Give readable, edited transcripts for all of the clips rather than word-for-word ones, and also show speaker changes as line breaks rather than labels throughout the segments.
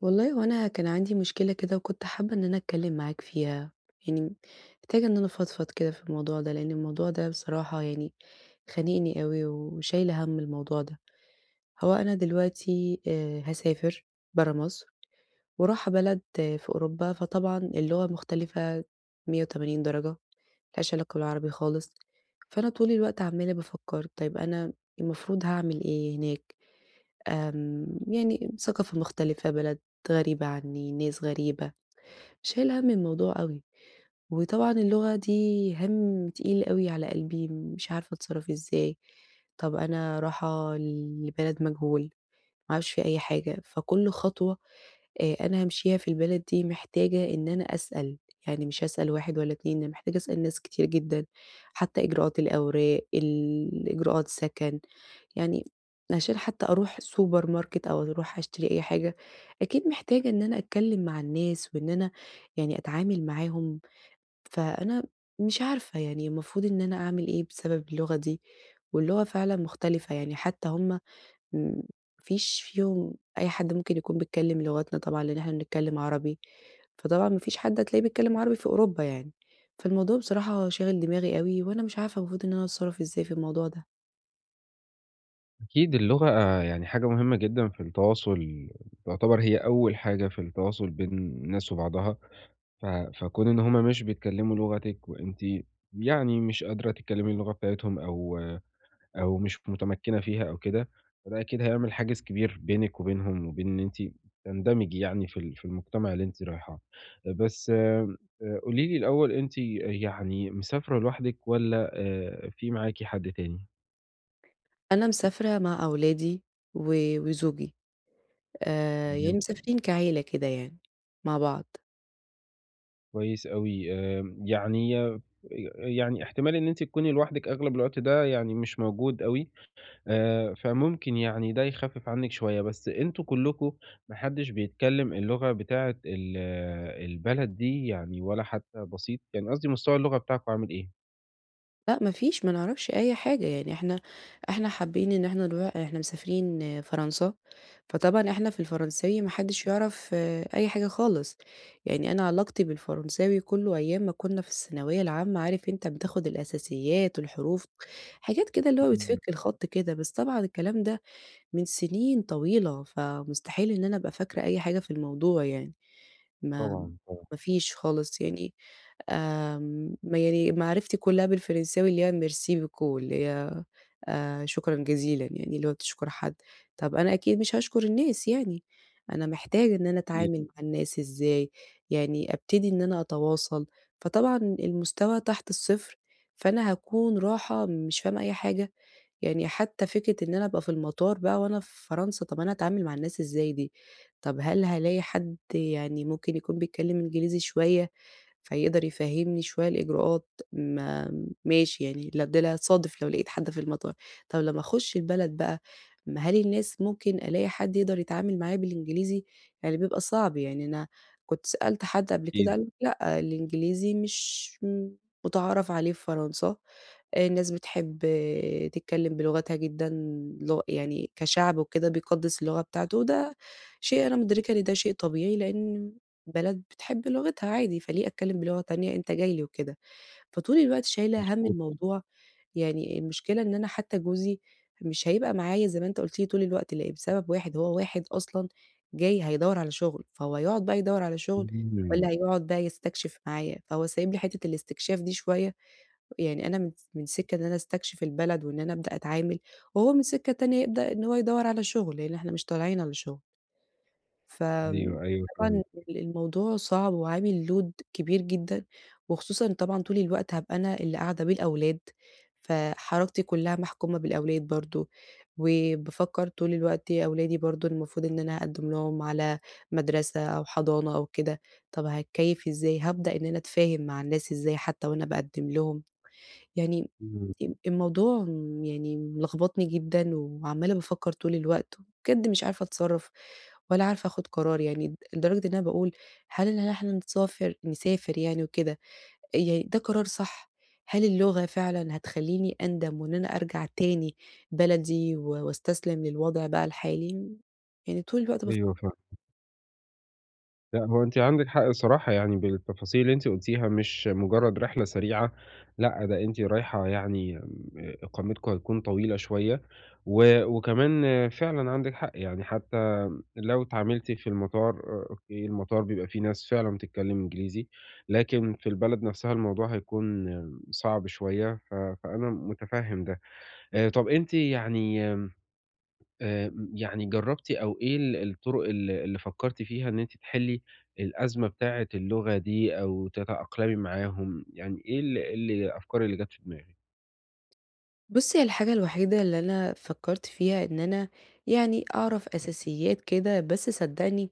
والله هو أنا كان عندي مشكلة كده وكنت حابة إن أنا أتكلم معاك فيها، يعني محتاجة إن أنا أفضفض كده في الموضوع ده، لأن الموضوع ده بصراحة يعني خانقني أوي وشايلة هَم الموضوع ده. هو أنا دلوقتي هاسافر برّه مصر ورايحة بلد في أوروبا، فطبعًا اللغة مختلفة 180 درجة مالهاش علاقة بالعربي خالص، فأنا طول الوقت عمّالة بافكّر طيب أنا المفروض هاعمل إيه هناك؟ يعني ثقافة مختلفة، بلد غريبة عنّي، ناس غريبة، شايلة هَم الموضوع أوي، وطبعًا اللغة دي هَم تقيل أوي على قلبي، مش عارفة أتصرّف إزاي، طَب أنا رايحة لبلد مجهول، ما أعرفش فيه أي حاجة، فكُلّ خطوة أنا هامشيها في البلد دي محتاجة إن أنا أسأل، يعني مش هاسأل 1 ولا 2، أنا محتاجة أسأل ناس كتير جدًا، حتى إجراءات الأوراق، إجراءات سكن، يعني عشان حتى أروح سوبر ماركت أو أروح أشتري أي حاجة، أكيد محتاجة إن أنا أتكلم مع الناس وإن أنا يعني أتعامل معاهم، فأنا مش عارفة يعني المفروض إن أنا أعمل إيه بسبب اللغة دي، واللغة فعلًا مختلفة، يعني حتى هُم ما فيش فيهم أي حد ممكن يكون بيتكلّم لغتنا طبعًا، لإن إحنا بنتكلّم عربي، فطبعًا ما فيش حد هتلاقيه بيتكلّم عربي في أوروبا يعني، فالموضوع بصراحة شاغل دماغي أوي، وأنا مش عارفة المفروض إن أنا أتصرّف إزاي في الموضوع ده.
أكيد اللغة يعني حاجة مهمة جدًا في التواصل، تعتبر هي أول حاجة في التواصل بين الناس وبعضها، ف فكون إن هم مش بيتكلموا لغتِك وأنتِ يعني مش قادرة تتكلمي اللغة بتاعتهم أو مش متمكنة فيها أو كده، فده أكيد هيعمل حاجز كبير بينِك وبينهم وبين إن أنتِ تندمجي يعني في في المجتمع اللي أنتِ رايحاه. بس قولي لي الأول أنتِ يعني مسافرة لوحدِك والّا في معاكِ حد تاني؟
أنا مسافرة مع أولادي و وزوجي، يعني مسافرين كعيلة كده يعني مع بعض.
كويس أوي، يعني يعني احتمال إن أنتِ تكوني لوحدِك أغلب الوقت ده يعني مش موجود أوي، فممكن يعني ده يخفف عنِك شوية، بس أنتم كلكم ما حدش بيتكلم اللغة بتاعة البلد دي يعني ولا حتى بسيط؟ يعني قصدي مستوى اللغة بتاعكم عامل إيه؟
لأ ما فيش، ما نعرفش أي حاجة، يعني إحنا حابين إن إحنا نروح إحنا مسافرين فرنسا، فطبعًا إحنا في الفرنساوي ما حدش يعرف أي حاجة خالص، يعني أنا علاقتي بالفرنساوي كله أيام ما كنا في الثانوية العامة، عارف أنت بتاخد الأساسيات، الحروف، حاجات كده اللي هو
إمم،
بتفك الخط كده، بس طبعًا الكلام ده من سنين طويلة، فمستحيل إن أنا أبقى فاكرة أي حاجة في الموضوع يعني. ما
طبعًا، طبعًا،
ما فيش خالص يعني ما يعني معرفتي كلّها بالفرنساوي اللي هي merci beaucoup اللي هي شكرًا جزيلًا يعني اللي هو بتشكر حد، طب أنا أكيد مش هاشكر الناس يعني، أنا محتاجة إن أنا
أكيد،
أتعامل مع الناس إزاي، يعني أبتدي إن أنا أتواصل، فطبعًا المستوى تحت الصفر، فأنا هاكون رايحة مش فاهمة أي حاجة. يعني حتى فكرة إن أنا أبقى في المطار بقى وأنا في فرنسا، طَب أنا هاتعامل مع الناس إزاي دي؟ طَب هل هالاقي حد يعني ممكن يكون بيتكلم إنجليزي شوية، فيقدر يفهّمني شوية الإجراءات؟ ما ماشي يعني ده لا هاتصادف لو لقيت حد في المطار، طَب لمّا أخُش البلد بقى، ما هل الناس ممكن ألاقي حد يقدر يتعامل معايا بالإنجليزي؟ يعني بيبقى صعب، يعني أنا كنت سألت حد قبل كده
أكيد،
قال لأ، الإنجليزي مش متعارف عليه في فرنسا. الناس بتحب تتكلّم بلغتها جدًا، لغ يعني كشعب وكده بيقدّس اللغة بتاعته، وده شيء أنا مُدركة إن ده شيء طبيعي، لإن بلد بتحب لغتها عادي، فليه أتكلّم بلغة تانية أنت جاي لي وكده، فطول الوقت شايلة هَم
مضبوط،
الموضوع، يعني المشكلة إن أنا حتى جوزي مش هيبقى معايا زي ما أنت قُلت لي طول الوقت، لأ بسبب واحد هو واحد أصلًا جاي هيدوّر على شُغل، فهو هيقعد بقى يدوّر على شُغل
إمم،
والّا هيقعد بقى يستكشف معايا، فهو سايب لي حتّة الاستكشاف دي شوية يعني أنا من سِكة إن أنا أستكشف البلد وإن أنا أبدأ أتعامل، وهو من سِكة تانية يبدأ إن هو يدوّر على شُغل، لإن إحنا مش طالعين على شُغل.
أيوه، أيوه
فطبعًا
فاهمِك،
الموضوع صعب وعامل load كبير جدًا، وخصوصًا طبعًا طول الوقت هابقى أنا اللي قاعدة بيه الأولاد، فحركتي كُلّها محكومة بالأولاد برضه، وبافكّر طول الوقت أولادي برضه المفروض إن أنا أقدّم لهم على مدرسة أو حضانة أو كده، طَب هاتكيّف إزاي، هابدأ إن أنا أتفاهم مع الناس إزاي حتى وأنا باقدّم لهم. يعني
إمم،
الموضوع يعني ملخبطني جدًا وعمّالة بافكّر طول الوقت، وبجد مش عارفة أتصرّف ولا عارفة آخُد قرار يعني، لدرجة إن أنا باقول هل إن إحنا نسافر نسافر يعني وكده، يعني ده قرار صح؟ هل اللغة فعلًا هتخلّيني أندم وإن أنا أرجع تاني بلدي و واستسلم للوضع بقى الحالي؟ يعني طول الوقت بافكّر.
أيوه فاهمِك. لأ، هو أنتِ عندِك حق الصراحة يعني بالتفاصيل اللي أنتِ قُلتيها، مش مجرد رحلة سريعة، لأ، ده أنتِ رايحة يعني إقامتكم هتكون طويلة شوية، وكمان فعلًا عندِك حق، يعني حتى لو اتعاملتِ في المطار أوكي، المطار بيبقى فيه ناس فعلًا بتتكلم إنجليزي، لكن في البلد نفسها الموضوع هيكون صعب شوية، فأنا متفهم ده. طب أنتِ يعني يعني جرّبتِ أو إيه الطُرق اللي فكّرتِ فيها إن أنتِ تحلّي الأزمة بتاعة اللغة دي أو تتأقلمي معاهم؟ يعني إيه إيه الأفكار اللي جات في دماغِك؟
بُصّي، هي الحاجة الوحيدة اللي أنا فكّرت فيها إن أنا يعني أعرف أساسيات كده، بس صدّقني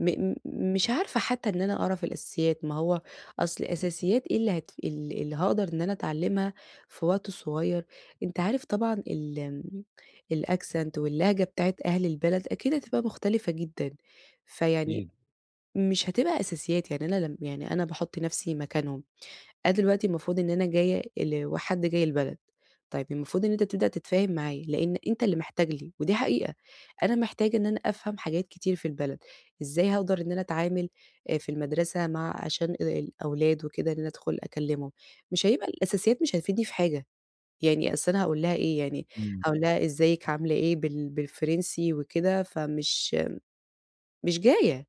م م مش عارفة حتى إن أنا أقرا في الأساسيات، ما هو أصل الأساسيات إيه اللي هت ال اللي هاقدر إن أنا أتعلمها في وقت صغير، أنت عارف طبعًا ال آمم، الaccent واللهجة بتاعة أهل البلد أكيد هتبقى مختلفة جدًا، فيعني
أكيد.
مش هتبقى أساسيات، يعني أنا لم يعني أنا باحط نفسي مكانهم. أنا دلوقتي المفروض إن أنا جاية وحد جاي البلد، طيب المفروض إن أنت تبدأ تتفاهم معاه، لإن أنت اللي محتاج لي، ودي حقيقة، أنا محتاجة إن أنا أفهم حاجات كتير في البلد، إزاي هاقدر إن أنا أتعامل في المدرسة مع عشان الأولاد وكده إن أنا أدخل أكلمهم، مش هيبقى الأساسيات مش هتفيدني في حاجة، يعني أصل أنا هاقول لها إيه يعني،
إمم.
هاقول لها إزيِك عاملة إيه بالفرنسي وكده، فمش مش جاية.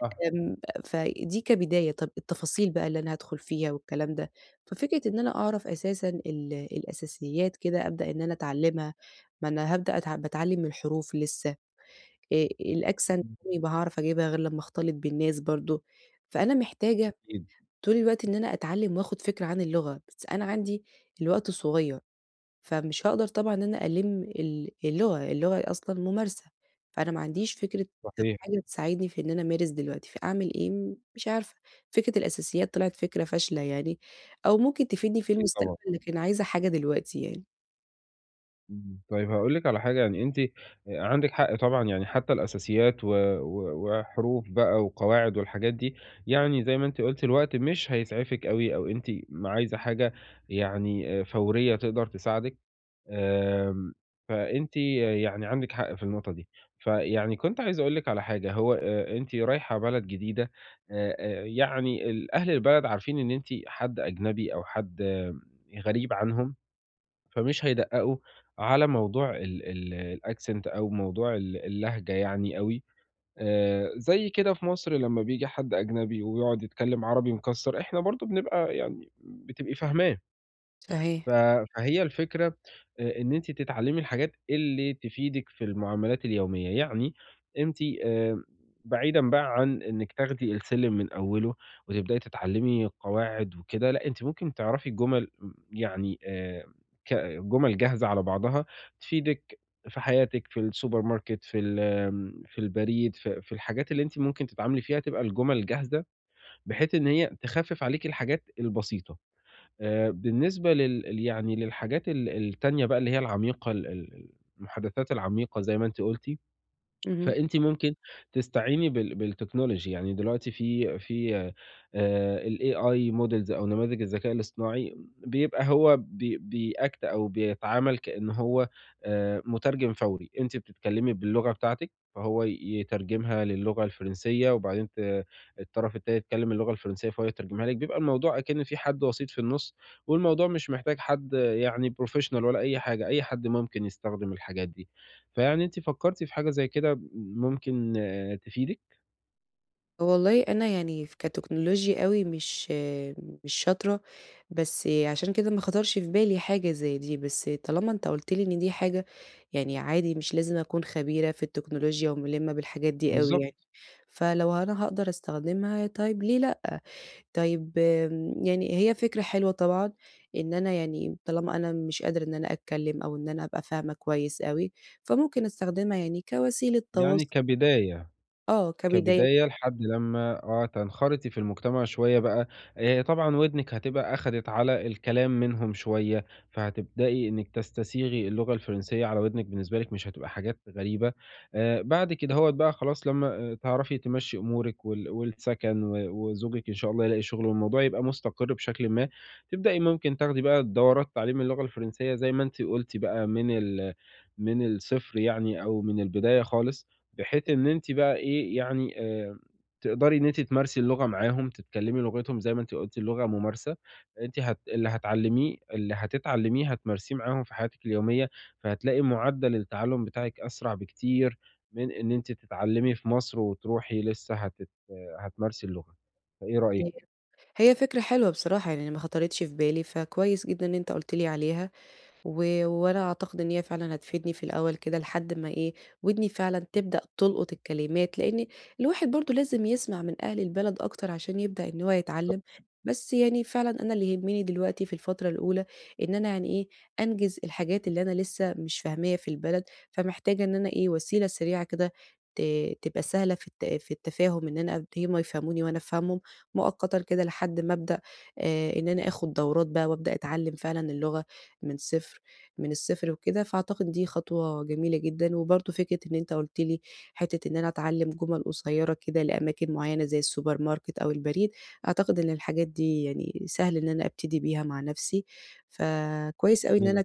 صح.
آمم، فدي كبداية، طَب التفاصيل بقى اللي أنا هادخل فيها والكلام ده، ففكرة إن أنا أعرف أساسًا الأساسيات كده أبدأ إن أنا أتعلّمها، ما أنا هابدأ باتعلّم من الحروف لسه، آآ الaccent عمري ما هاعرف أجيبها غير لمّا أختلط بالناس برضه، فأنا محتاجة
أكيد.
طول الوقت إن أنا أتعلّم وآخُد فكرة عن اللغة، بس أنا عندي الوقت صغير. فمش هاقدر طبعًا إن أنا ألِم اللغة، اللغة أصلًا ممارسة، فأنا ما عنديش فكرة أو
صحيح.
حاجة تساعدني في إن أنا أمارس دلوقتي، فأعمل إيه؟ مش عارفة، فكرة الأساسيات طلعت فكرة فاشلة يعني، أو ممكن تفيدني في
أكيد طبعًا.
المستقبل لكن عايزة حاجة دلوقتي يعني.
إمم. طيب هاقول لِك على حاجة، يعني أنتِ عندِك حق طبعًا، يعني حتّى الأساسيات و و وحروف بقى وقواعد والحاجات دي، يعني زي ما أنتِ قُلتِ الوقت مش هيسعفِك أوي أو أنتِ عايزة حاجة يعني فورية تقدر تساعدِك. آمم، فأنتِ يعني عندِك حق في النقطة دي. فيعني كنت عايز أقول لِك على حاجة، هو أنتِ رايحة بلد جديدة يعني أهل البلد عارفين إن أنتِ حد أجنبي أو حد غريب عنهم، فمش هيدقّقوا على موضوع ال ال الaccent أو موضوع اللهجة يعني أوي. زي كده في مصر لمّا بييجي حد أجنبي ويقعد يتكلم عربي مكسّر، إحنا برضه بنبقى يعني بتبقي فاهماه.
صحيح.
ف فهي الفكرة إن أنتِ تتعلّمي الحاجات اللي تفيدِك في المعاملات اليومية، يعني أنتِ آآ بعيدًا بقى عن إنِّك تاخدي السلِّم من أوّله وتبدئي تتعلّمي قواعد وكده، لأ أنتِ ممكن تعرفي جُمل يعني ك جُمل جاهزة على بعضها تفيدِك في حياتِك، في السوبر ماركت، في ال آمم في البريد، في الحاجات اللي أنتِ ممكن تتعاملي فيها تبقى الجُمل جاهزة، بحيث إن هي تخفِّف عليكِ الحاجات البسيطة. بالنسبة يعني للحاجات التانية بقى اللي هي العميقة ال ال المحادثات العميقة زي ما أنتِ قُلتِ،
اهم.
فأنتِ ممكن تستعيني بالتكنولوجي، يعني دلوقتي في الAI models أو نماذج الذكاء الاصطناعي بيبقى هو بيact أو بيتعامل كإن هو مترجم فوري، أنتِ بتتكلمي باللغة بتاعتِك، فهو يترجمها للغة الفرنسية، وبعدين الطرف التاني يتكلم اللغة الفرنسية فهو يترجمها لِك، بيبقى الموضوع أكِن في حد وسيط في النُص، والموضوع مش محتاج حد يعني professional ولا أي حاجة، أي حد ممكن يستخدم الحاجات دي. فيعني أنتِ فكرتِ في حاجة زي كده ممكن تفيدِك؟
والله أنا يعني كتكنولوجيا أوي مش شاطرة، بس عشان كده ما خطرش في بالي حاجة زي دي، بس طالما أنت قُلت لي إن دي حاجة يعني عادي مش لازم أكون خبيرة في التكنولوجيا وملِّمة بالحاجات دي أوي يعني.
بالضبط،
فلو أنا هاقدر أستخدمها طيب ليه لأ؟ طيب يعني هي فكرة حلوة طبعًا إن أنا يعني طالما أنا مش قادرة إن أنا أتكلم أو إن أنا أبقى فاهمة كويس أوي، فممكن أستخدمها يعني كوسيلة
يعني
تواصل
كبداية.
آه، كبداية
كبداية لحد لمّا تنخرطي في المجتمع شوية بقى، طبعًا ودنِك هتبقى أخدِت على الكلام منهم شوية، فهتبدئي إنِّك تستسيغي اللغة الفرنسية على ودنِك، بالنسبة لِك مش هتبقى حاجات غريبة. بعد كدهوّة بقى خلاص لمّا تعرفي تمشّي أمورِك والسكن وزوجِك إن شاء الله يلاقي شغل والموضوع يبقى مستقر بشكلٍ ما، تبدئي ممكن تاخدي بقى دورات تعليم اللغة الفرنسية زي ما أنتِ قُلتِ بقى من من الصفر يعني أو من البداية خالص. بحيث إن أنتِ بقى إيه، يعني تقدري إن أنتِ تمارسي اللغة معاهم، تتكلّمي لغتهم زي ما أنتِ قُلتِ اللغة ممارسة، أنتِ اللي هتتعلّميه هتمارسيه معاهم في حياتِك اليومية، فهتلاقي معدّل التعلُّم بتاعِك أسرع بكتير من إن أنتِ تتعلّمي في مصر وتروحي لسه هتمارسي اللغة، فإيه رأيِك؟
إمم. هي فكرة حلوة بصراحة، يعني ما خطرتش في بالي، فكويس جدًا إن أنت قُلت لي عليها، و وأنا أعتقد إن هي فعلًا هتفيدني في الأول كده لحد ما إيه، ودني فعلًا تبدأ تلقط الكلمات، لإن الواحد برضه لازم يسمع من أهل البلد أكتر عشان يبدأ إن هو يتعلّم، بس يعني فعلًا أنا اللي يهمني دلوقتي في الفترة الأولى إن أنا يعني إيه، أنجز الحاجات اللي أنا لسه مش فاهماها في البلد، فمحتاجة إن أنا إيه، وسيلة سريعة كده ت تبقى سهلة في التفاهم إن أنا هُم يفهموني وأنا أفهمهم مؤقتًا كده لحد ما أبدأ إن أنا آخُد دورات بقى وأبدأ أتعلّم فعلًا اللغة، من صفر من الصفر وكده، فأعتقد دي خطوة جميلة جدًا، وبرضه فكرة إن أنت قُلت لي حتّة إن أنا أتعلّم جُمل قصيّرة كده لأماكن معيّنة زي السوبر ماركت أو البريد، أعتقد إن الحاجات دي يعني سهل إن أنا أبتدي بيها مع نَفْسي، فكويس أوي إن
جميل
أنا
أوي.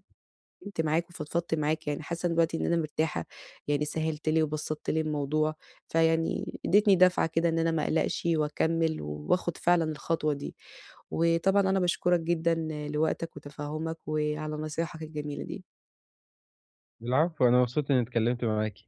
اتكلمت معاك وفضفضت معاك يعني حاسة دلوقتي إن أنا مرتاحة، يعني سهّلت لي وبسّطت لي الموضوع، فيعني ادّيتني دفعة كده إن أنا ما أقلقش وأكمّل وآخُد فعلًا الخطوة دي، وطبعًا أنا باشكرك جدًا لوقتك وتفهُّمك وعلى نصايحك الجميلة دي.
العفو، أنا مبسوط إنّي اتكلّمت معاكِ.